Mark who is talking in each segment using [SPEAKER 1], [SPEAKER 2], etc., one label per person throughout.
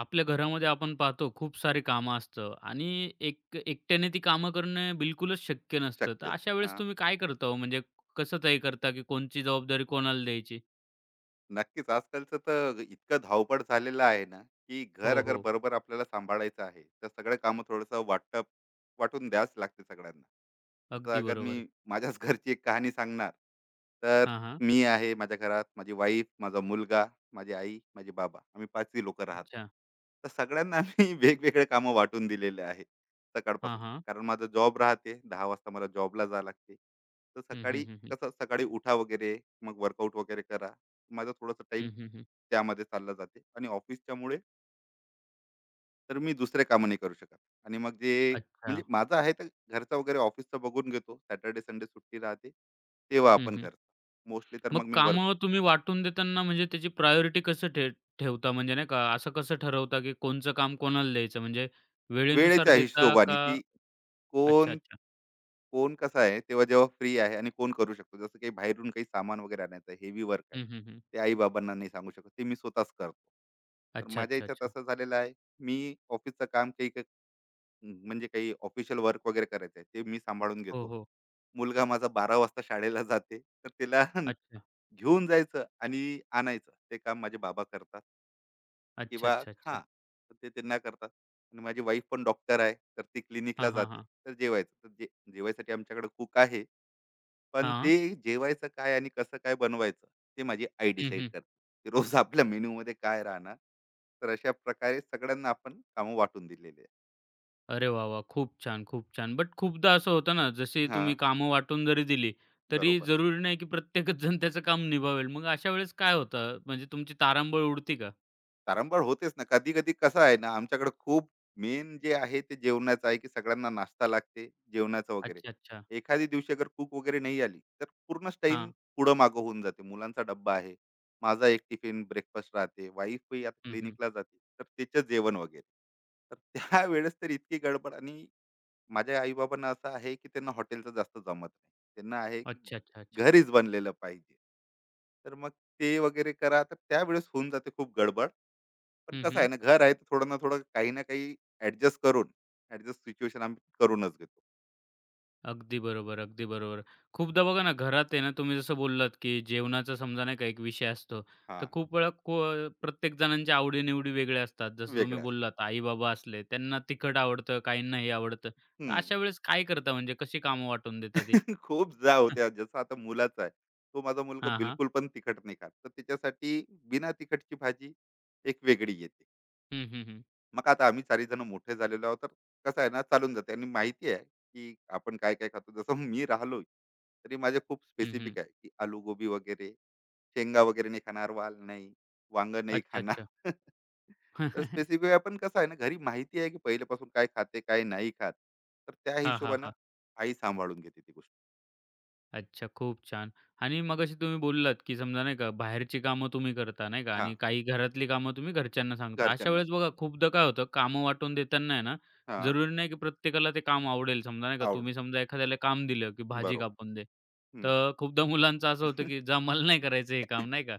[SPEAKER 1] आपल्या घरामध्ये आपण पाहतो खूप सारे कामं असतं आणि एक एकट्याने ती कामं करणं बिलकुलच शक्य नसतं. तर
[SPEAKER 2] शक्यच.
[SPEAKER 1] अशा वेळेस
[SPEAKER 2] हां.
[SPEAKER 1] तुम्ही काय करता हो? म्हणजे कसं तय करता, की कोणची जबाबदारी कोणाला द्यायची?
[SPEAKER 2] नक्कीच. आजकालचं तर इतकं धावपळ झालेलं आहे ना, की घर
[SPEAKER 1] हो,
[SPEAKER 2] अगर
[SPEAKER 1] हो.
[SPEAKER 2] बरोबर आपल्याला सांभाळायचं आहे, तर सगळे कामं थोडंसं वाटून द्यावंच लागते सगळ्यांना. जसं
[SPEAKER 1] अगदी
[SPEAKER 2] अगर
[SPEAKER 1] बरोबर.
[SPEAKER 2] मी माझ्याच घरची एक कहाणी सांगणार, तर
[SPEAKER 1] हां, हां.
[SPEAKER 2] मी आहे माझ्या घरात, माझी वाईफ, माझा मुलगा, माझी आई, माझे बाबा. आम्ही 5ही लोकं राहतो.
[SPEAKER 1] अच्छा.
[SPEAKER 2] तर सगळ्यांना आम्ही वेगवेगळे कामं वाटून दिलेले आहे
[SPEAKER 1] हां,
[SPEAKER 2] सकाळपासून.
[SPEAKER 1] हां.
[SPEAKER 2] कारण माझा जॉब राहते. 10 वाजता मला जॉबला जावं लागते. तर
[SPEAKER 1] हं,
[SPEAKER 2] सकाळी
[SPEAKER 1] हं, हं, हं.
[SPEAKER 2] कसं सकाळी उठा वगैरे, मग वर्कआउट वगैरे करा. माझा थोडासा टाइम
[SPEAKER 1] हं, हं, हं.
[SPEAKER 2] त्यामध्ये चालला जाते आणि ऑफिसच्यामुळे तर मी दुसरे कामं नाही करू शकत. आणि मग जे
[SPEAKER 1] अच्छा.
[SPEAKER 2] म्हणजे माझं आहे तर घरचा वगैरे ऑफिसचा बघून घेतो. सॅटर्डे संडे सुट्टी राहते तेव्हा
[SPEAKER 1] हं,
[SPEAKER 2] आपण
[SPEAKER 1] हं.
[SPEAKER 2] घरचा मोस्टली तर
[SPEAKER 1] मग
[SPEAKER 2] मग मी वर्क
[SPEAKER 1] कामं तुम्ही वाटून देताना म्हणजे त्याची प्रायोरिटी कसं ठेवता? म्हणजे नाही का असं कसं ठरवता, की कोणचं काम कोणाला द्यायचं? म्हणजे वेळेनुसार
[SPEAKER 2] वेळेच्या
[SPEAKER 1] देता
[SPEAKER 2] हिशोबाने
[SPEAKER 1] का?
[SPEAKER 2] की
[SPEAKER 1] अच्छा,
[SPEAKER 2] कोण
[SPEAKER 1] अच्छा.
[SPEAKER 2] कोण कसा आहे तेव्हा जेव्हा फ्री आहे आणि कोण करू शकतो. जसं काही बाहेरून काही सामान वगैरे आणायचं, हेवी वर्क आहे
[SPEAKER 1] हं, हं, हं.
[SPEAKER 2] ते आई बाबांना नाही सांगू शकत, ते मी स्वतःच करतो. तर
[SPEAKER 1] अच्छा,
[SPEAKER 2] माझ्या
[SPEAKER 1] अच्छा,
[SPEAKER 2] याच्यात
[SPEAKER 1] अच्छा.
[SPEAKER 2] असं झालेलं आहे, मी ऑफिसचं काम काही म्हणजे काही ऑफिशियल वर्क वगैरे करायचं आहे ते मी सांभाळून
[SPEAKER 1] हो,
[SPEAKER 2] घेतो.
[SPEAKER 1] हो.
[SPEAKER 2] मुलगा माझा 12 वाजता शाळेला जाते. तर तिला
[SPEAKER 1] अच्छा.
[SPEAKER 2] घेऊन जायचं आणि आणायचं. ते काम माझे बाबा करतात
[SPEAKER 1] अच्छा,
[SPEAKER 2] किंवा
[SPEAKER 1] अच्छा,
[SPEAKER 2] हां,
[SPEAKER 1] अच्छा.
[SPEAKER 2] ते त्यांना करतात. आणि माझी वाईफ पण डॉक्टर आहे. तर ती क्लिनिकला
[SPEAKER 1] हां, हां,
[SPEAKER 2] जाते.
[SPEAKER 1] हां.
[SPEAKER 2] तर जेवायचं. तर जे जेवायसाठी आमच्याकडे कुक आहे. पण ते
[SPEAKER 1] हां.
[SPEAKER 2] जेवायचं काय आणि कसं काय बनवायचं ते माझी आई
[SPEAKER 1] हं,
[SPEAKER 2] डिसाईड
[SPEAKER 1] हं.
[SPEAKER 2] करते. की रोज आपल्या मेनूमध्ये काय राहणार. तर अशा प्रकारे सगळ्यांना आपण कामं वाटून दिलेली आहे.
[SPEAKER 1] अरे वाह, वाह! खूप छान, खूप छान. बट खूपदा असं होतं ना, जशी तुम्ही
[SPEAKER 2] हां,
[SPEAKER 1] कामं वाटून जरी दिली, तरी
[SPEAKER 2] बरोबर.
[SPEAKER 1] जरुरी नाही की प्रत्येकच जण त्याचं काम निभावेल. मग अशा वेळेस काय होतं? म्हणजे तुमची तारांबळ उडती का?
[SPEAKER 2] तारंबळ होतेच ना. कधी-कधी कसं आहे ना, आमच्याकडे खूप मेन जे आहे ते जेवणाचं आहे, की सगळ्यांना नाश्ता लागते, जेवणाचं वगैरे.
[SPEAKER 1] अच्छा, अच्छा.
[SPEAKER 2] एखादी दिवशी अगर कूक वगैरे नाही आली, तर पूर्णच टाइम
[SPEAKER 1] हां.
[SPEAKER 2] पुढं-मागं होऊन जाते. मुलांचा डब्बा आहे, माझा एक टिफिन ब्रेकफास्ट राहते, वाईफही आता
[SPEAKER 1] हं, हं.
[SPEAKER 2] क्लिनिकला जाते, तर तिचं जेवण वगैरे. तर त्यावेळेस तर इतकी गडबड. आणि माझ्या आई असं आहे, की त्यांना हॉटेलचं जास्त जमत नाही. त्यांना आहे, की
[SPEAKER 1] अच्छा, अच्छा, अच्छा.
[SPEAKER 2] घरीच बनलेलं पाहिजे. तर मग ते वगैरे करा तर त्यावेळेस होऊन जाते खूप गडबड. पण
[SPEAKER 1] हं,
[SPEAKER 2] कसं
[SPEAKER 1] हं.
[SPEAKER 2] आहे ना घर आहे तर थोडं ना थोडं काही ना काही ॲडजस्ट करून ॲडजस्ट सिच्युएशन आम्ही करूनच घेतो.
[SPEAKER 1] अगदी बरोबर, अगदी बरोबर. खूपदा बघा ना, घरात आहे ना, तुम्ही जसं बोललात, की जेवणाचा समजा नाही का एक विषय असतो, तर
[SPEAKER 2] हां,
[SPEAKER 1] खूप वेळा प्रत्येक जणांच्या आवडी वेगळ्या असतात. जसं तुम्ही
[SPEAKER 2] वेगळ्या
[SPEAKER 1] बोललात, आई-बाबा असले, त्यांना तिखट आवडतं, काहींना हे आवडतं. तर
[SPEAKER 2] हं.
[SPEAKER 1] अशा वेळेस काय करता म्हणजे कशी कामं वाटून देता ती?
[SPEAKER 2] खूप जा
[SPEAKER 1] हं.
[SPEAKER 2] होत्या जसं आता मुलाचा आहे. तो माझा मुलगा
[SPEAKER 1] हां, हां.
[SPEAKER 2] बिलकुल पण तिखट नाही खात. तर त्याच्यासाठी बिना तिखटची भाजी एक वेगळी येते.
[SPEAKER 1] हं, हं, हं.
[SPEAKER 2] मग आता आम्ही चारही जण मोठे झालेलो आहोत तर कसं आहे ना चालून जाते आणि माहिती आहे की आपण काय काय खातो. जसं मी राहिलो तरी माझे खूप
[SPEAKER 1] हं,
[SPEAKER 2] स्पेसिफिक आहे, की आलू गोबी वगैरे, शेंगा वगैरे नाही खाणार, वाल नाही, वांग नाही
[SPEAKER 1] अच्छा,
[SPEAKER 2] खाणार.
[SPEAKER 1] अच्छा.
[SPEAKER 2] तर स्पेसिफिक आहे. पण कसं आहे ना घरी माहिती आहे की पहिल्यापासून काय खाते काय नाही खात, तर त्या
[SPEAKER 1] हां, हां,
[SPEAKER 2] हिशोबानं
[SPEAKER 1] हां.
[SPEAKER 2] आई सांभाळून घेते ती गोष्ट.
[SPEAKER 1] अच्छा, खूप छान. आणि मगाशी तुम्ही बोललात, की समजा नाही का बाहेरची कामं तुम्ही करता नाही का
[SPEAKER 2] हा,
[SPEAKER 1] आणि काही घरातली कामं तुम्ही घरच्यांना सांगता. अशा
[SPEAKER 2] घरच्यांना
[SPEAKER 1] वेळेस बघा खूपदा काय होतं कामं वाटून देताना आहे ना,
[SPEAKER 2] हा
[SPEAKER 1] जरुरी नाही की प्रत्येकाला ते काम आवडेल. समजा नाही का
[SPEAKER 2] आवड
[SPEAKER 1] तुम्ही समजा एखाद्याला काम दिलं, की भाजी
[SPEAKER 2] बरोबर
[SPEAKER 1] कापून दे.
[SPEAKER 2] हम्म.
[SPEAKER 1] तर खूपदा मुलांचं असं होतं, की जा मला नाही करायचं हे काम नाही का.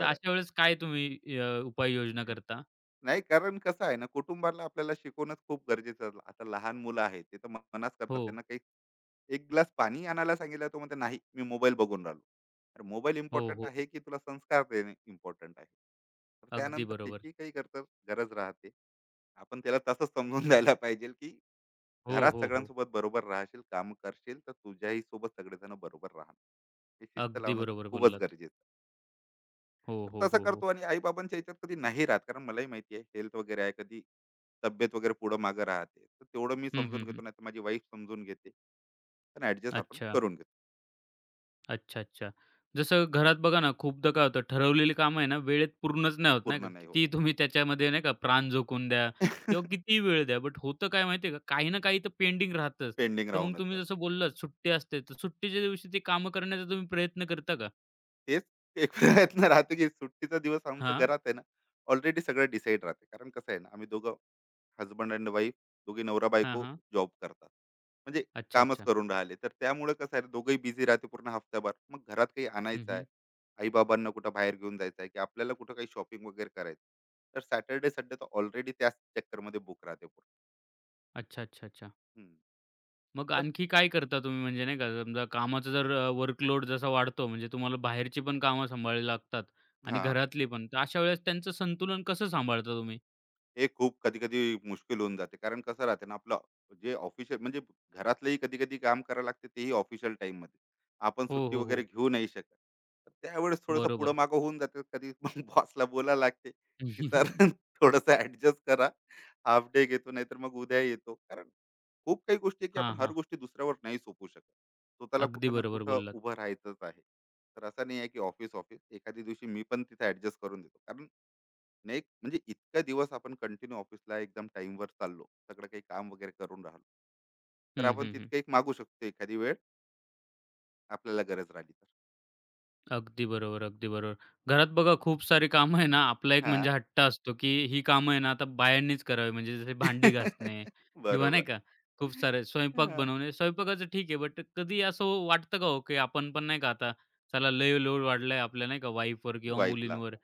[SPEAKER 1] तर
[SPEAKER 2] आहे.
[SPEAKER 1] अशा वेळेस काय तुम्ही उपाययोजना करता?
[SPEAKER 2] नाही, कारण कसं आहे ना, कुटुंबाला आपल्याला शिकवणंच खूप गरजेचं आहे. आता लहान मुलं आहेत, ते तर मनाच करतात.
[SPEAKER 1] हो,
[SPEAKER 2] त्यांना काही एक ग्लास पाणी आणायला सांगितलं तर म्हणते, "नाही, मी मोबाईल बघून राहिलो." तर मोबाईल
[SPEAKER 1] हो,
[SPEAKER 2] इम्पोर्टंट
[SPEAKER 1] हो.
[SPEAKER 2] आहे, की तुला संस्कार देणे इम्पोर्टंट आहे? तर
[SPEAKER 1] अगदी
[SPEAKER 2] त्यानंतर
[SPEAKER 1] बरोबर.
[SPEAKER 2] त्याची काही गरज गरज राहते. आपण त्याला तसंच समजून द्यायला पाहिजे, की
[SPEAKER 1] हो,
[SPEAKER 2] घरात
[SPEAKER 1] हो, हो.
[SPEAKER 2] सगळ्यांसोबत बरोबर राहशील, काम करशील, तर तुझ्याही सोबत सगळेजण बरोबर राहणार. ही शिस्त
[SPEAKER 1] अगदी
[SPEAKER 2] लावणं तर
[SPEAKER 1] बरोबर
[SPEAKER 2] खूपच
[SPEAKER 1] बोललात.
[SPEAKER 2] गरजेचं आहे.
[SPEAKER 1] हो,
[SPEAKER 2] तर
[SPEAKER 1] हो,
[SPEAKER 2] तसं
[SPEAKER 1] हो, हो.
[SPEAKER 2] करतो. आणि आई-बाबांच्या ह्याच्यात कधी नाही राहत. कारण मलाही माहिती आहे हेल्थ वगैरे आहे. कधी तब्येत वगैरे पुढं मागं राहते. तर तेवढं मी
[SPEAKER 1] हं,
[SPEAKER 2] समजून
[SPEAKER 1] हं, हं.
[SPEAKER 2] घेतो, नाहीतर माझी वाईफ समजून घेते. पण ॲडजस्ट आपण
[SPEAKER 1] अच्छा.
[SPEAKER 2] करून घेतो.
[SPEAKER 1] अच्छा, अच्छा. जसं घरात बघा ना, खूपदा काय होतं ठरवलेली कामं आहे ना, वेळेत पूर्णच नाही होत नाही का.
[SPEAKER 2] पूर्ण नाही होत.
[SPEAKER 1] कितीही तुम्ही त्याच्यामध्ये नाही का प्राण झोकून द्या किंवा कितीही वेळ द्या. बट होतं काय माहिती आहे का, काही ना काही तर पेंडिंग राहतच.
[SPEAKER 2] पेंडिंग
[SPEAKER 1] तर मग
[SPEAKER 2] राहूनच
[SPEAKER 1] तुम्ही
[SPEAKER 2] जातं.
[SPEAKER 1] जसं बोललात सुट्टी असते, तर सुट्टीच्या दिवशी ती कामं करण्याचा तुम्ही प्रयत्न करता का?
[SPEAKER 2] तेच एक प्रयत्न राहतो की सुट्टीचा दिवस आमच्या
[SPEAKER 1] हां,
[SPEAKER 2] घरात आहे ना, ऑलरेडी सगळं डिसाईड राहते. कारण कसं आहे ना, आम्ही दोघं हजबंड एंड वाईफ, दोघे
[SPEAKER 1] हां,
[SPEAKER 2] नवरा-बायको
[SPEAKER 1] हां.
[SPEAKER 2] जॉब करतात. म्हणजे
[SPEAKER 1] अच्छा,
[SPEAKER 2] कामच
[SPEAKER 1] अच्छा.
[SPEAKER 2] करून राहिले. तर त्यामुळे कसं आहे दोघंही बिझी राहते पूर्ण हफ्ताभर. मग घरात काही
[SPEAKER 1] हं,
[SPEAKER 2] आणायचं आहे,
[SPEAKER 1] हं.
[SPEAKER 2] आई-बाबांना कुठं बाहेर घेऊन जायचं आहे, की आपल्याला कुठं काही शॉपिंग वगैरे करायचं. तर सॅटर्डे, संडे तर ऑलरेडी त्याच चक्करमध्ये बुक राहते पूर्ण.
[SPEAKER 1] अच्छा, अच्छा, अच्छा.
[SPEAKER 2] हं.
[SPEAKER 1] मग
[SPEAKER 2] तर
[SPEAKER 1] आणखी काय करता तुम्ही म्हणजे नाही का, समजा कामाचा जर वर्कलोड जसा वाढतो म्हणजे तुम्हाला बाहेरची पण कामं सांभाळावी लागतात आणि
[SPEAKER 2] हां.
[SPEAKER 1] घरातली पण. तर अशा वेळेस त्यांचं संतुलन कसं सांभाळता तुम्ही?
[SPEAKER 2] हे खूप कधी-कधी मुश्किल होऊन जाते. कारण कसं राहते ना आपलं जे ऑफिशियल म्हणजे घरातलंही कधी-कधी काम करावं लागते तेही ऑफिशियल टाईममध्ये. आपण
[SPEAKER 1] हो,
[SPEAKER 2] सुट्टी
[SPEAKER 1] हो,
[SPEAKER 2] वगैरे
[SPEAKER 1] हो.
[SPEAKER 2] घेऊ नाही शकत. तर त्यावेळेस थोडंसं
[SPEAKER 1] बरोबर.
[SPEAKER 2] पुढं-मागं होऊन जाते. कधी मग बॉसला बोलायला लागते, की "सर थोडंसं ॲडजस्ट करा. हाल्फ डे घेतो नाहीतर मग उद्या येतो." कारण खूप काही गोष्टी आहे, की
[SPEAKER 1] हां,
[SPEAKER 2] आपण हर
[SPEAKER 1] हां.
[SPEAKER 2] गोष्टी दुसऱ्यावर नाही सोपवू शकत. स्वतःला
[SPEAKER 1] अगदी
[SPEAKER 2] कुठं ना
[SPEAKER 1] बरोबर
[SPEAKER 2] कुठं
[SPEAKER 1] बोललात.
[SPEAKER 2] उभं राहायचंच आहे. तर असं नाही आहे, की ऑफिस, ऑफिस. एखाद्या दिवशी मी पण तिथे ॲडजस्ट करून देतो. कारण म्हणजे इतका दिवस आपण कंटिन्यू ऑफिसला एकदम टाइमवर चाललो, सगळं काही काम वगैरे करून राहिलो, तर
[SPEAKER 1] हं,
[SPEAKER 2] आपण
[SPEAKER 1] हं, हं.
[SPEAKER 2] तितकं एक मागू शकतो एखादी वेळ आपल्याला गरज राहिली तर.
[SPEAKER 1] अगदी बरोबर, अगदी बरोबर. घरात बघा खूप सारी कामं आहे ना, आपला एक
[SPEAKER 2] हा
[SPEAKER 1] म्हणजे हट्ट असतो, की ही कामं आहे ना आता बायांनीच करावी. म्हणजे जसे भांडी घासणे किंवा नाही
[SPEAKER 2] बरोबर.
[SPEAKER 1] का, खूप सारे स्वयंपाक
[SPEAKER 2] हा,
[SPEAKER 1] बनवणे. स्वयंपाकाचं ठीक आहे, बट कधी असं वाटतं का हो, की आपण पण नाही का आता चला लय लोड वाढलाय आपल्या नाही का वाईफवर किंवा
[SPEAKER 2] वाईफला
[SPEAKER 1] मुलींवर,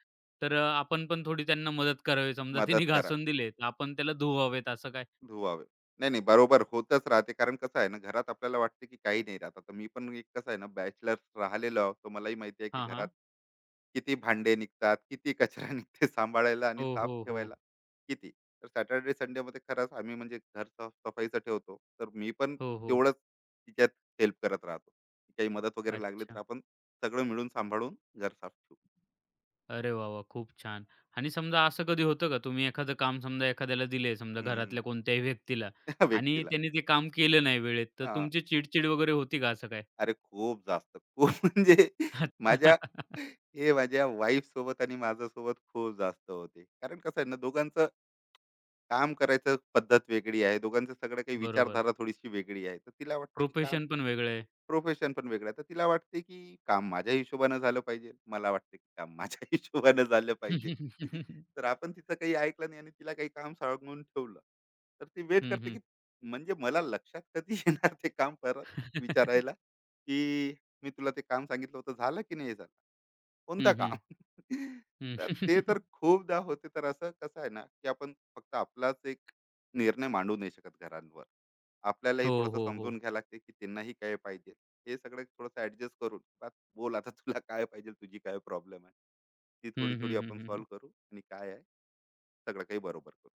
[SPEAKER 1] तर आपण पण थोडी त्यांना मदत करावी. समजा तिने
[SPEAKER 2] मदत करा
[SPEAKER 1] घासून दिले, तर आपण त्याला धुवावेत असं काय?
[SPEAKER 2] धुवावे. नाही, नाही. बरोबर होतच राहते. कारण कसं आहे ना, घरात आपल्याला वाटते की काही नाही राहत. आता मी पण एक कसं आहे ना, बॅचलर राहिलेलो आहोत. तर मलाही माहिती आहे की
[SPEAKER 1] हां,
[SPEAKER 2] घरात
[SPEAKER 1] हां.
[SPEAKER 2] किती भांडे निघतात, किती कचरा निघते सांभाळायला आणि
[SPEAKER 1] हो,
[SPEAKER 2] साफ
[SPEAKER 1] हो, हो.
[SPEAKER 2] ठेवायला किती. तर सॅटर्डे संडेमध्ये खरंच आम्ही म्हणजे घर साफ ठेवतो. तर मी पण
[SPEAKER 1] हो, हो.
[SPEAKER 2] तेवढंच तिच्यात हेल्प करत राहतो. काही मदत वगैरे लागली तर
[SPEAKER 1] अच्छा.
[SPEAKER 2] आपण सगळं मिळून सांभाळून घर साफ ठेवू.
[SPEAKER 1] अरे वाह, वाह! खूप छान. आणि समजा असं कधी होतं का तुम्ही एखादं काम समजा एखाद्याला दिलंय समजा
[SPEAKER 2] हं, हं.
[SPEAKER 1] घरातल्या कोणत्याही व्यक्तीला
[SPEAKER 2] त्या
[SPEAKER 1] आणि
[SPEAKER 2] व्यक्तीला.
[SPEAKER 1] त्यांनी ते काम केलं नाही वेळेत, तर तुमची चिडचिड वगैरे होती का असं काय?
[SPEAKER 2] अरे खूप जास्त. खूप म्हणजे
[SPEAKER 1] अच्छा.
[SPEAKER 2] माझ्या हे माझ्या वाईफ सोबत आणि माझ्यासोबत खूप जास्त होते. कारण कसं आहे ना, दोघांचं काम करायचं पद्धत वेगळी आहे. दोघांचं सगळं काही
[SPEAKER 1] बरोबर.
[SPEAKER 2] विचारधारा थोडीशी वेगळी आहे. तर तिला वाटतं की काम
[SPEAKER 1] प्रोफेशन पण वेगळं आहे.
[SPEAKER 2] प्रोफेशन पण वेगळं आहे. तर तिला वाटते की काम माझ्या हिशोबानं झालं पाहिजे. मला वाटते की काम माझ्या हिशोबानं झालं पाहिजे. तर आपण तिचं काही ऐकलं नाही आणि तिला काही काम सांगून ठेवलं. तर ती वेट
[SPEAKER 1] हं,
[SPEAKER 2] करते
[SPEAKER 1] हं.
[SPEAKER 2] की म्हणजे मला लक्षात कधी येणार ते काम परत
[SPEAKER 1] हं, हं. हं,
[SPEAKER 2] विचारायला, की मी तुला ते काम सांगितलं होतं झालं की नाही झालं? कोणतं काम? तर ते तर खूपदा होते. तर असं कसं आहे ना, की आपण फक्त आपलाच एक निर्णय मांडू नाही शकत घरांवर. आपल्यालाही
[SPEAKER 1] हो,
[SPEAKER 2] थोडंसं
[SPEAKER 1] हो, हो.
[SPEAKER 2] समजून घ्यायला लागते, की त्यांनाही काय पाहिजे. हे सगळं थोडंसं ॲडजस्ट करून, "बस बोल आता तुला काय पाहिजे, तुझी काय प्रॉब्लेम आहे?" ती
[SPEAKER 1] हं, हं,
[SPEAKER 2] थोडी-थोडी आपण
[SPEAKER 1] हं, हं,
[SPEAKER 2] सॉल्व्ह करू आणि काय आहे, सगळं काही बरोबर करू.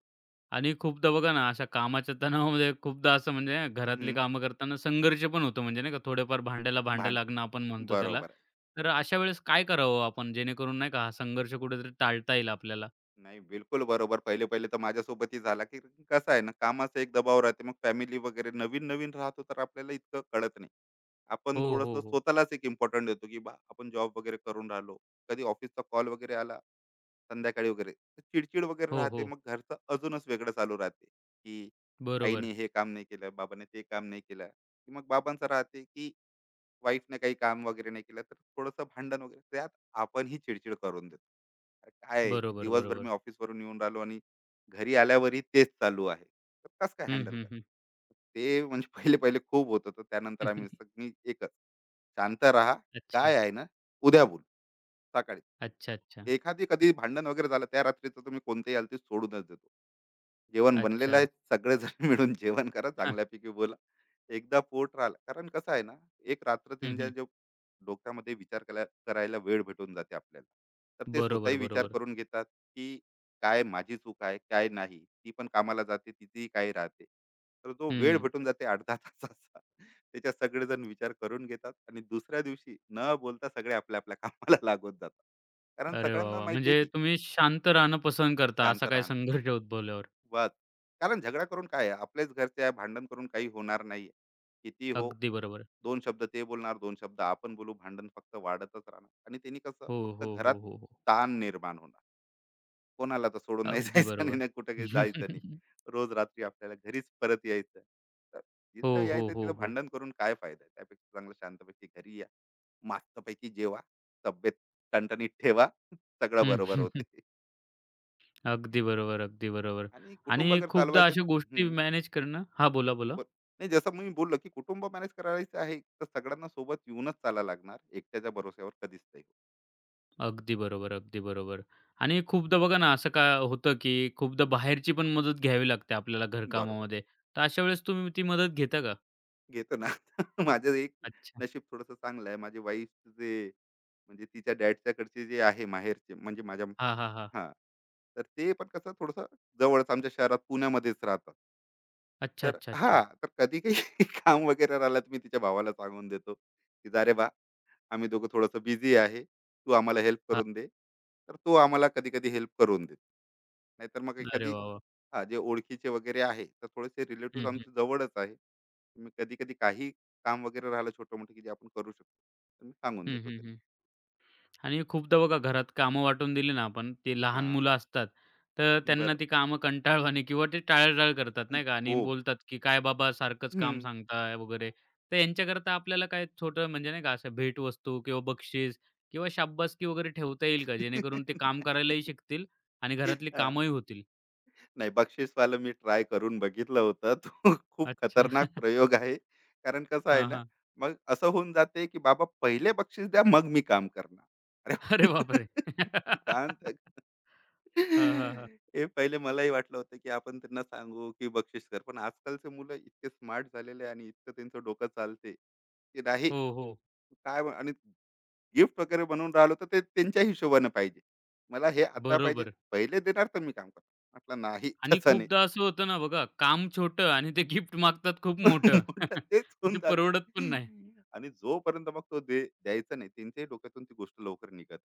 [SPEAKER 1] आणि खूपदा बघा ना, अशा कामाच्या तणावामध्ये खूपदा असं म्हणजे ना, घरातली
[SPEAKER 2] हं,
[SPEAKER 1] कामं करताना संघर्ष पण होतो म्हणजे नाही का, थोडेफार भांड्याला भांडं
[SPEAKER 2] भांड
[SPEAKER 1] लागणं आपण म्हणतो त्याला.
[SPEAKER 2] बरोबर आहे.
[SPEAKER 1] तर अशा वेळेस काय करावं आपण जेणेकरून नाही का, हा संघर्ष कुठेतरी टाळता येईल आपल्याला?
[SPEAKER 2] नाही, बिलकुल बरोबर. पहिले-पहिले तर माझ्यासोबतही झाला, की कसं आहे ना, कामाचा एक दबाव राहते. मग फॅमिली वगैरे नवीन-नवीन राहतो, तर आपल्याला इतकं कळत नाही. आपण
[SPEAKER 1] हो, हो,
[SPEAKER 2] थोडंसं
[SPEAKER 1] हो.
[SPEAKER 2] स्वतःलाच एक इम्पॉर्टंट देतो की बा आपण जॉब वगैरे करून राहिलो. कधी ऑफिसचा कॉल वगैरे आला संध्याकाळी वगैरे तर चिडचिड वगैरे
[SPEAKER 1] हो,
[SPEAKER 2] राहते.
[SPEAKER 1] हो.
[SPEAKER 2] मग घरचं अजूनच वेगळं चालू राहते की
[SPEAKER 1] बरोबर.
[SPEAKER 2] आईने हे काम नाही केलं, बाबाने ते काम नाही केलं. की मग बाबांचं राहते की वाईफने काही काम वगैरे नाही केलं, तर थोडंसं भांडण वगैरे त्यात आपणही चिडचिड करून देतो. अरे काय आहे की
[SPEAKER 1] बरोबर,
[SPEAKER 2] दिवसभर मी
[SPEAKER 1] बरोबर.
[SPEAKER 2] ऑफिसवरून येऊन राहिलो आणि घरी आल्यावरही तेच चालू आहे, तर कसं काय
[SPEAKER 1] हं,
[SPEAKER 2] हँडल
[SPEAKER 1] हं,
[SPEAKER 2] कर
[SPEAKER 1] हं.
[SPEAKER 2] ते म्हणजे. पहिले पहिले खूप होत होतं. त्यानंतर आम्ही सगळी एकच शांत राहा
[SPEAKER 1] अच्छा.
[SPEAKER 2] काय आहे ना, उद्या बोल सकाळी.
[SPEAKER 1] अच्छा, अच्छा.
[SPEAKER 2] एखादी कधी भांडण वगैरे झालं त्या रात्रीचं तुम्ही कोणत्याही हालतीत सोडूनच देतो. जेवण बनलेलं
[SPEAKER 1] अच्छा.
[SPEAKER 2] आहे, सगळेजण मिळून जेवण करा,
[SPEAKER 1] हां.
[SPEAKER 2] चांगल्यापैकी बोला. एकदा पोट राहिलं कारण कसं आहे ना, एक रात्र
[SPEAKER 1] हं,
[SPEAKER 2] त्यांच्या
[SPEAKER 1] हं.
[SPEAKER 2] जो डोक्यामध्ये विचार कला करायला वेळ भेटून जाते आपल्याला. तर ते
[SPEAKER 1] बरोबर,
[SPEAKER 2] स्वतःही विचार
[SPEAKER 1] बरोबर.
[SPEAKER 2] करून घेतात, की काय माझी चूक आहे, काय नाही. ती पण कामाला जाते, तिचीही काही राहते. तर जो वेळ
[SPEAKER 1] हं.
[SPEAKER 2] भेटून जाते 8-10 तासाचा, त्याच्यात सगळेजण विचार करून घेतात आणि दुसऱ्या दिवशी न बोलता सगळे आपल्या-आपल्या कामाला लागून जातात. कारण
[SPEAKER 1] अरे वाह,
[SPEAKER 2] सगळ्यांना
[SPEAKER 1] वाह!
[SPEAKER 2] माहिती आहे,
[SPEAKER 1] म्हणजे
[SPEAKER 2] की
[SPEAKER 1] तुम्ही शांत राहणं पसंत करता
[SPEAKER 2] शांत
[SPEAKER 1] असा काही
[SPEAKER 2] राहणं
[SPEAKER 1] संघर्ष उद्भवल्यावर.
[SPEAKER 2] वाद कारण झगडा करून काय आहे, आपल्याच घरचे आहे, भांडण करून काही होणार नाही. किती हो,
[SPEAKER 1] अगदी बरोबर.
[SPEAKER 2] दोन शब्द ते बोलणार, दोन शब्द आपण बोलू, भांडण फक्त वाढतच राहणार आणि त्यांनी कसं
[SPEAKER 1] हो,
[SPEAKER 2] फक्त
[SPEAKER 1] हो,
[SPEAKER 2] घरात
[SPEAKER 1] हो, हो, हो.
[SPEAKER 2] ताण निर्माण होणार. कोणाला तर सोडून नाही
[SPEAKER 1] अगदी
[SPEAKER 2] जायचं आणि
[SPEAKER 1] बरोबर.
[SPEAKER 2] नाही कुठं काही जायचं नाही. रोज रात्री आपल्याला घरीच परत यायचं. तर
[SPEAKER 1] हो,
[SPEAKER 2] जिथं
[SPEAKER 1] हो,
[SPEAKER 2] यायचं
[SPEAKER 1] हो,
[SPEAKER 2] तिथं
[SPEAKER 1] हो.
[SPEAKER 2] भांडण करून काय फायदा आहे? त्यापेक्षा चांगलं शांतपैकी घरी या, मस्तपैकी जेवा, तब्येत टणटणीत ठेवा, सगळं
[SPEAKER 1] हं.
[SPEAKER 2] बरोबर होते.
[SPEAKER 1] अगदी बरोबर, अगदी बरोबर.
[SPEAKER 2] आणि
[SPEAKER 1] आणि
[SPEAKER 2] कुटुंब जर
[SPEAKER 1] खूपदा
[SPEAKER 2] चालवायचं
[SPEAKER 1] अशा गोष्टी
[SPEAKER 2] हम्म
[SPEAKER 1] मॅनेज करणं हां, बोला, बोला.
[SPEAKER 2] बर, नाही जसं मी बोललो की कुटुंब मॅनेज करायचं आहे तर सगळ्यांना सोबत येऊनच चाला लागणार, एकट्याच्या भरोश्यावर कधीच नाही होत.
[SPEAKER 1] अगदी बरोबर, अगदी बरोबर. आणि खूपदा बघा ना, असं काय होतं, की खूपदा
[SPEAKER 2] हम्म,
[SPEAKER 1] बाहेरची पण मदत घ्यावी लागते आपल्याला
[SPEAKER 2] बरोबर.
[SPEAKER 1] घरकामामध्ये. तर अशा वेळेस तुम्ही ती मदत घेता का?
[SPEAKER 2] घेतो ना. माझं एक
[SPEAKER 1] अच्छा.
[SPEAKER 2] नशीब थोडस चांगलं आहे, माझी वाईफ जे म्हणजे तिच्या डॅडच्याकडचे जे आहे माहेरचे म्हणजे माझ्या
[SPEAKER 1] हां, हां, हां.
[SPEAKER 2] हा, तर ते पण कसं थोडस जवळच आमच्या शहरात पुण्यामध्येच राहतात.
[SPEAKER 1] अच्छा,
[SPEAKER 2] तर
[SPEAKER 1] अच्छा,
[SPEAKER 2] हा
[SPEAKER 1] अच्छा.
[SPEAKER 2] तर कधी काही काम वगैरे राहिलं तर मी तिच्या भावाला सांगून देतो, की जा रे बा आम्ही दोघं थोडंसं बिझी आहे, तू आम्हाला हेल्प
[SPEAKER 1] हां.
[SPEAKER 2] करून दे. तर तो आम्हाला कधी कधी हेल्प करून देतो. नाहीतर मग
[SPEAKER 1] अरे
[SPEAKER 2] एखादी
[SPEAKER 1] वाह, वाह!
[SPEAKER 2] हा जे ओळखीचे वगैरे आहे, तर थोडेसे
[SPEAKER 1] हं,
[SPEAKER 2] रिलेटिव्ह
[SPEAKER 1] हं.
[SPEAKER 2] आमचे जवळच आहे. मी कधी कधी काही काम वगैरे राहिलं छोटं मोठं की जे आपण करू शकतो, तर मी सांगून
[SPEAKER 1] हं,
[SPEAKER 2] देतो त्यांना.
[SPEAKER 1] हं, आणि खूपदा बघा घरात कामं वाटून दिली ना आपण, ते लहान
[SPEAKER 2] हा
[SPEAKER 1] मुलं असतात, तर त्यांना
[SPEAKER 2] बरं
[SPEAKER 1] ती कामं कंटाळवाणी किंवा ते टाळाटाळ करतात
[SPEAKER 2] हं,
[SPEAKER 1] नाही का आणि
[SPEAKER 2] खूप
[SPEAKER 1] बोलतात, की "काय बाबा सारखंच काम
[SPEAKER 2] हम्म.
[SPEAKER 1] सांगताय" वगैरे. तर यांच्याकरता आपल्याला काय छोटं म्हणजे नाही का असं भेटवस्तू किंवा बक्षीस किंवा शाब्बासकी वगैरे ठेवता येईल का? जेणेकरून ते काम
[SPEAKER 2] नाही.
[SPEAKER 1] करायलाही शिकतील आणि घरातली
[SPEAKER 2] हा.
[SPEAKER 1] कामंही होतील?
[SPEAKER 2] नाही बक्षीसवालं मी ट्राय करून बघितलं होतं. तो खूप
[SPEAKER 1] अच्छा.
[SPEAKER 2] खतरनाक प्रयोग आहे. कारण कसं आहे
[SPEAKER 1] हां,
[SPEAKER 2] ना,
[SPEAKER 1] हां.
[SPEAKER 2] मग असं होऊन जाते, की बाबा पहिले बक्षीस द्या, मग मी काम करणार. अरे
[SPEAKER 1] अरे बापरे!
[SPEAKER 2] काय
[SPEAKER 1] हां, हां, हां.
[SPEAKER 2] हे पहिले मलाही वाटलं होतं, की आपण त्यांना सांगू, की बक्षीस कर. पण आजकालचे मुलं इतके स्मार्ट झालेले आहे आणि इतकं त्यांचं डोकं चालते, की नाही
[SPEAKER 1] हो, हो.
[SPEAKER 2] काय आणि गिफ्ट वगैरे बनवून राहिलो, तर ते त्यांच्या हिशोबानं पाहिजे. मला हे आता पाहिजे,
[SPEAKER 1] बरोबर.
[SPEAKER 2] पहिले देणार तर मी काम करणार. म्हटलं नाही
[SPEAKER 1] आणि
[SPEAKER 2] तसं नाही.
[SPEAKER 1] खूपदा असं होतं ना बघा, काम छोटं आणि ते गिफ्ट मागतात खूप मोठं.
[SPEAKER 2] मोठा तेच होऊन
[SPEAKER 1] ते
[SPEAKER 2] जाते
[SPEAKER 1] परवडत पण
[SPEAKER 2] ना.
[SPEAKER 1] नाही.
[SPEAKER 2] आणि जोपर्यंत मग तो दे द्यायचा नाही त्यांच्याही डोक्यातून ती गोष्ट लवकर निघत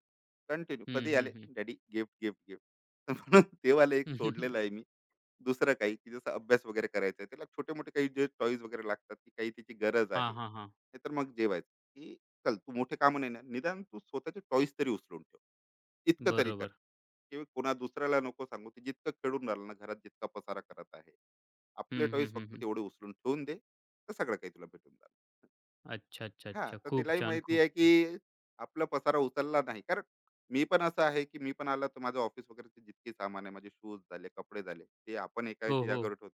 [SPEAKER 2] कंटिन्यू
[SPEAKER 1] हं,
[SPEAKER 2] कधी
[SPEAKER 1] हं,
[SPEAKER 2] आले
[SPEAKER 1] हं.
[SPEAKER 2] Daddy gift gift gift. म्हणून ते एक सोडलेलं आहे मी. दुसरं काही की जसं अभ्यास वगैरे करायचा आहे त्याला छोटे मोठे काही जे टॉईज वगैरे लागतात की काही त्याची गरज आहे
[SPEAKER 1] हां, हां, हां.
[SPEAKER 2] नाहीतर मग जेवायचं की चल तू मोठे काम नाही ना निदान तू स्वतःचे टॉईज तरी उचलून ठेव इतकं तरी कर.
[SPEAKER 1] बरोबर.
[SPEAKER 2] की कोणा दुसऱ्याला नको सांगू ते जितकं खेळून राहिलं ना घरात जितका पसारा करत आहे आपले
[SPEAKER 1] हं, हं,
[SPEAKER 2] टॉईस
[SPEAKER 1] हं,
[SPEAKER 2] फक्त
[SPEAKER 1] हं.
[SPEAKER 2] तेवढे उचलून ठेवून दे तर सगळं काही तुला भेटून जाणार.
[SPEAKER 1] अच्छा, अच्छा,
[SPEAKER 2] हा
[SPEAKER 1] अच्छा.
[SPEAKER 2] तर
[SPEAKER 1] खूप
[SPEAKER 2] तिलाही
[SPEAKER 1] छान,
[SPEAKER 2] माहिती
[SPEAKER 1] खूप
[SPEAKER 2] आहे
[SPEAKER 1] छान.
[SPEAKER 2] की आपला पसारा उचलला नाही कारण मी पण असं आहे की मी पण आला तर माझं ऑफिस वगैरेचे जितके सामान आहे माझे शूज झाले कपडे झाले ते आपण एका
[SPEAKER 1] हो, हो.
[SPEAKER 2] जागेवर ठेवतो.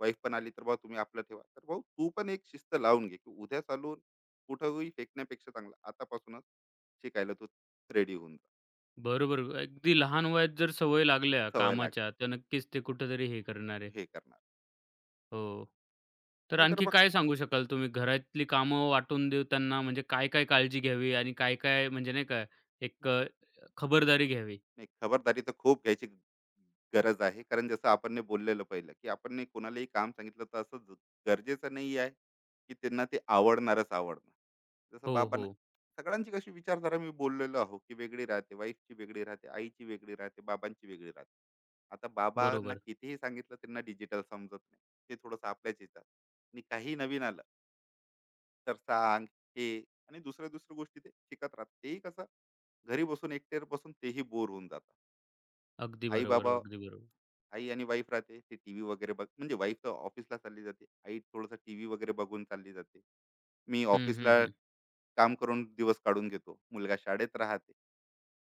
[SPEAKER 2] वाईफ पण आली तर भाऊ तुम्ही आपलं ठेवा तर भाऊ तू पण एक शिस्त लावून घे की उद्या चालून कुठंही फेकण्यापेक्षा चांगलं आतापासूनच शिकायला तू रेडी होऊन जा.
[SPEAKER 1] बरोबर. अगदी लहान वयात जर सवय लागल्या
[SPEAKER 2] सवय लागली
[SPEAKER 1] कामाच्या, तर नक्कीच ते कुठेतरी हे करणार आहे.
[SPEAKER 2] हे करणार.
[SPEAKER 1] हो. तर
[SPEAKER 2] नाहीतर
[SPEAKER 1] आणखी
[SPEAKER 2] मग
[SPEAKER 1] काय सांगू शकाल तुम्ही घरातली कामं वाटून देताना म्हणजे काय-काय काळजी घ्यावी आणि काय-काय म्हणजे नाही का एक खबरदारी घ्यावी?
[SPEAKER 2] नाही खबरदारी तर खूप घ्यायची गरज आहे कारण जसं आपण ने बोललेलं पहिलं की आपण ने कोणालाही काम सांगितलं तर असं गरजेचं नाही आहे की त्यांना ते आवडणारच आवडणार. जसं
[SPEAKER 1] हो,
[SPEAKER 2] बाबांना
[SPEAKER 1] हो.
[SPEAKER 2] सगळ्यांची कशी विचारधारा मी बोललेलो आहो की वेगळी राहते वाईफची वेगळी राहते आईची वेगळी राहते बाबांची वेगळी राहते. आता बाबांना
[SPEAKER 1] बरोबर.
[SPEAKER 2] कितीही सांगितलं त्यांना डिजिटल समजत नाही. ते थोडंसं आपल्याच येतात आणि काही नवीन आलं तर सांग हे आणि दुसऱ्या दुसऱ्या गोष्टी ते शिकत राहतात तेही कसं घरी बसून एकटेर बसून तेही बोर होऊन जातात.
[SPEAKER 1] अगदी
[SPEAKER 2] आई बाबा
[SPEAKER 1] बरोबर, अगदी बरोबर.
[SPEAKER 2] आई आणि वाईफ राहते ते टीव्ही वगैरे बघ म्हणजे वाईफ तर ऑफिसला चालली जाते आई थोडंसं टीव्ही वगैरे बघून चालली जाते. मी
[SPEAKER 1] हं, हं,
[SPEAKER 2] ऑफिसला
[SPEAKER 1] हं.
[SPEAKER 2] काम करून दिवस काढून घेतो मुलगा शाळेत राहते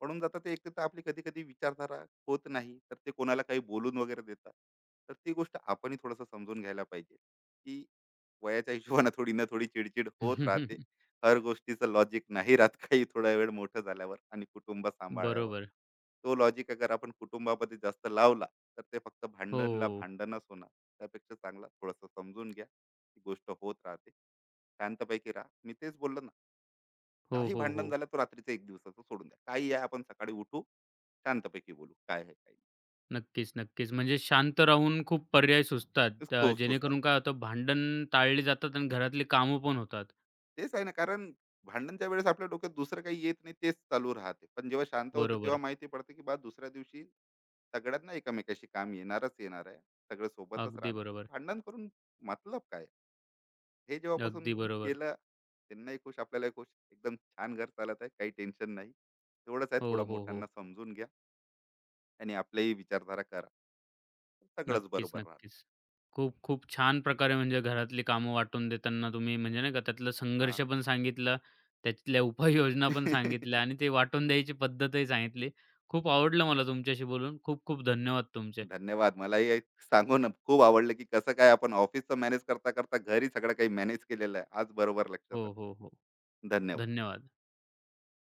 [SPEAKER 2] पडून जातात ते एक तर आपली कधी कधी विचारधारा होत नाही तर ते कोणाला काही बोलून वगैरे देतात. तर ती गोष्ट आपणही थोडंसं समजून घ्यायला पाहिजे की वयाच्या हिशोबाने थोडी ना थोडी चिडचिड होत राहते. हर गोष्टीचं लॉजिक नाही राहत काही थोडा वेळ मोठं झाल्यावर आणि कुटुंब सांभाळल्यावर
[SPEAKER 1] बरोबर.
[SPEAKER 2] तो लॉजिक अगर आपण कुटुंबामध्ये जास्त लावला तर ते फक्त भांडणला
[SPEAKER 1] हो,
[SPEAKER 2] भांडणच होणार. त्यापेक्षा चांगला थोडंसं समजून घ्या ही गोष्ट होत राहते शांतपैकी राहा मी तेच बोललो ना.
[SPEAKER 1] हो,
[SPEAKER 2] काही
[SPEAKER 1] हो,
[SPEAKER 2] भांडण
[SPEAKER 1] हो.
[SPEAKER 2] झालं तर रात्रीचं एक दिवसाचं सोडून द्या काही आहे आपण सकाळी उठू शांतपैकी बोलू काय आहे काय नाही.
[SPEAKER 1] नक्कीच, नक्कीच. म्हणजे शांत राहून खूप पर्याय सुचतात
[SPEAKER 2] खूप सुचतात
[SPEAKER 1] जेणेकरून काय होतं भांडण टाळली जातात आणि घरातली कामं पण होतात.
[SPEAKER 2] तेच आहे ना कारण भांडणच्या वेळेस आपल्या डोक्यात दुसरं काही येत नाही तेच चालू राहते पण जेव्हा शांत होते तेव्हा
[SPEAKER 1] बरोबर.
[SPEAKER 2] माहिती पडते की बा दुसऱ्या दिवशी सगळ्यांना एकमेकाशी काम येणारच येणार आहे. सगळं सोबतच
[SPEAKER 1] अगदी
[SPEAKER 2] राहणार
[SPEAKER 1] बरोबर,
[SPEAKER 2] भांडण करून मतलब काय. हे जेव्हापासून
[SPEAKER 1] अगदी
[SPEAKER 2] मी
[SPEAKER 1] बरोबर.
[SPEAKER 2] केलं त्यांनाही खुश आपल्यालाही खुश एकदम छान घर चालत आहे काही टेन्शन नाही तेवढंच आहे थोडा
[SPEAKER 1] हो, हो, हो.
[SPEAKER 2] मोठ्यांना समजून घ्या आणि आपल्याही विचारधारा करा सगळंच
[SPEAKER 1] नक्कीच,
[SPEAKER 2] बरोबर राहणार.
[SPEAKER 1] नक्कीच. खूप, खूप छान प्रकारे म्हणजे घरातली कामं वाटून देताना तुम्ही म्हणजे नाही का त्यातला
[SPEAKER 2] हा.
[SPEAKER 1] संघर्ष पण सांगितला, त्यातल्या उपाययोजना पण सांगितल्या आणि ते वाटून द्यायची पद्धतही सांगितली. खूप आवडलं मला तुमच्याशी बोलून. खूप खूप धन्यवाद तुमचे.
[SPEAKER 2] धन्यवाद. मलाही हे सांगून खूप आवडलं, की कसं काय आपण ऑफिसचं मॅनेज करता करता घरी सगळं काही मॅनेज केलेलं आहे. आज बरोबर
[SPEAKER 1] हो,
[SPEAKER 2] लक्षात
[SPEAKER 1] हो,
[SPEAKER 2] आलं.
[SPEAKER 1] हो.
[SPEAKER 2] धन्यवाद.
[SPEAKER 1] धन्यवाद.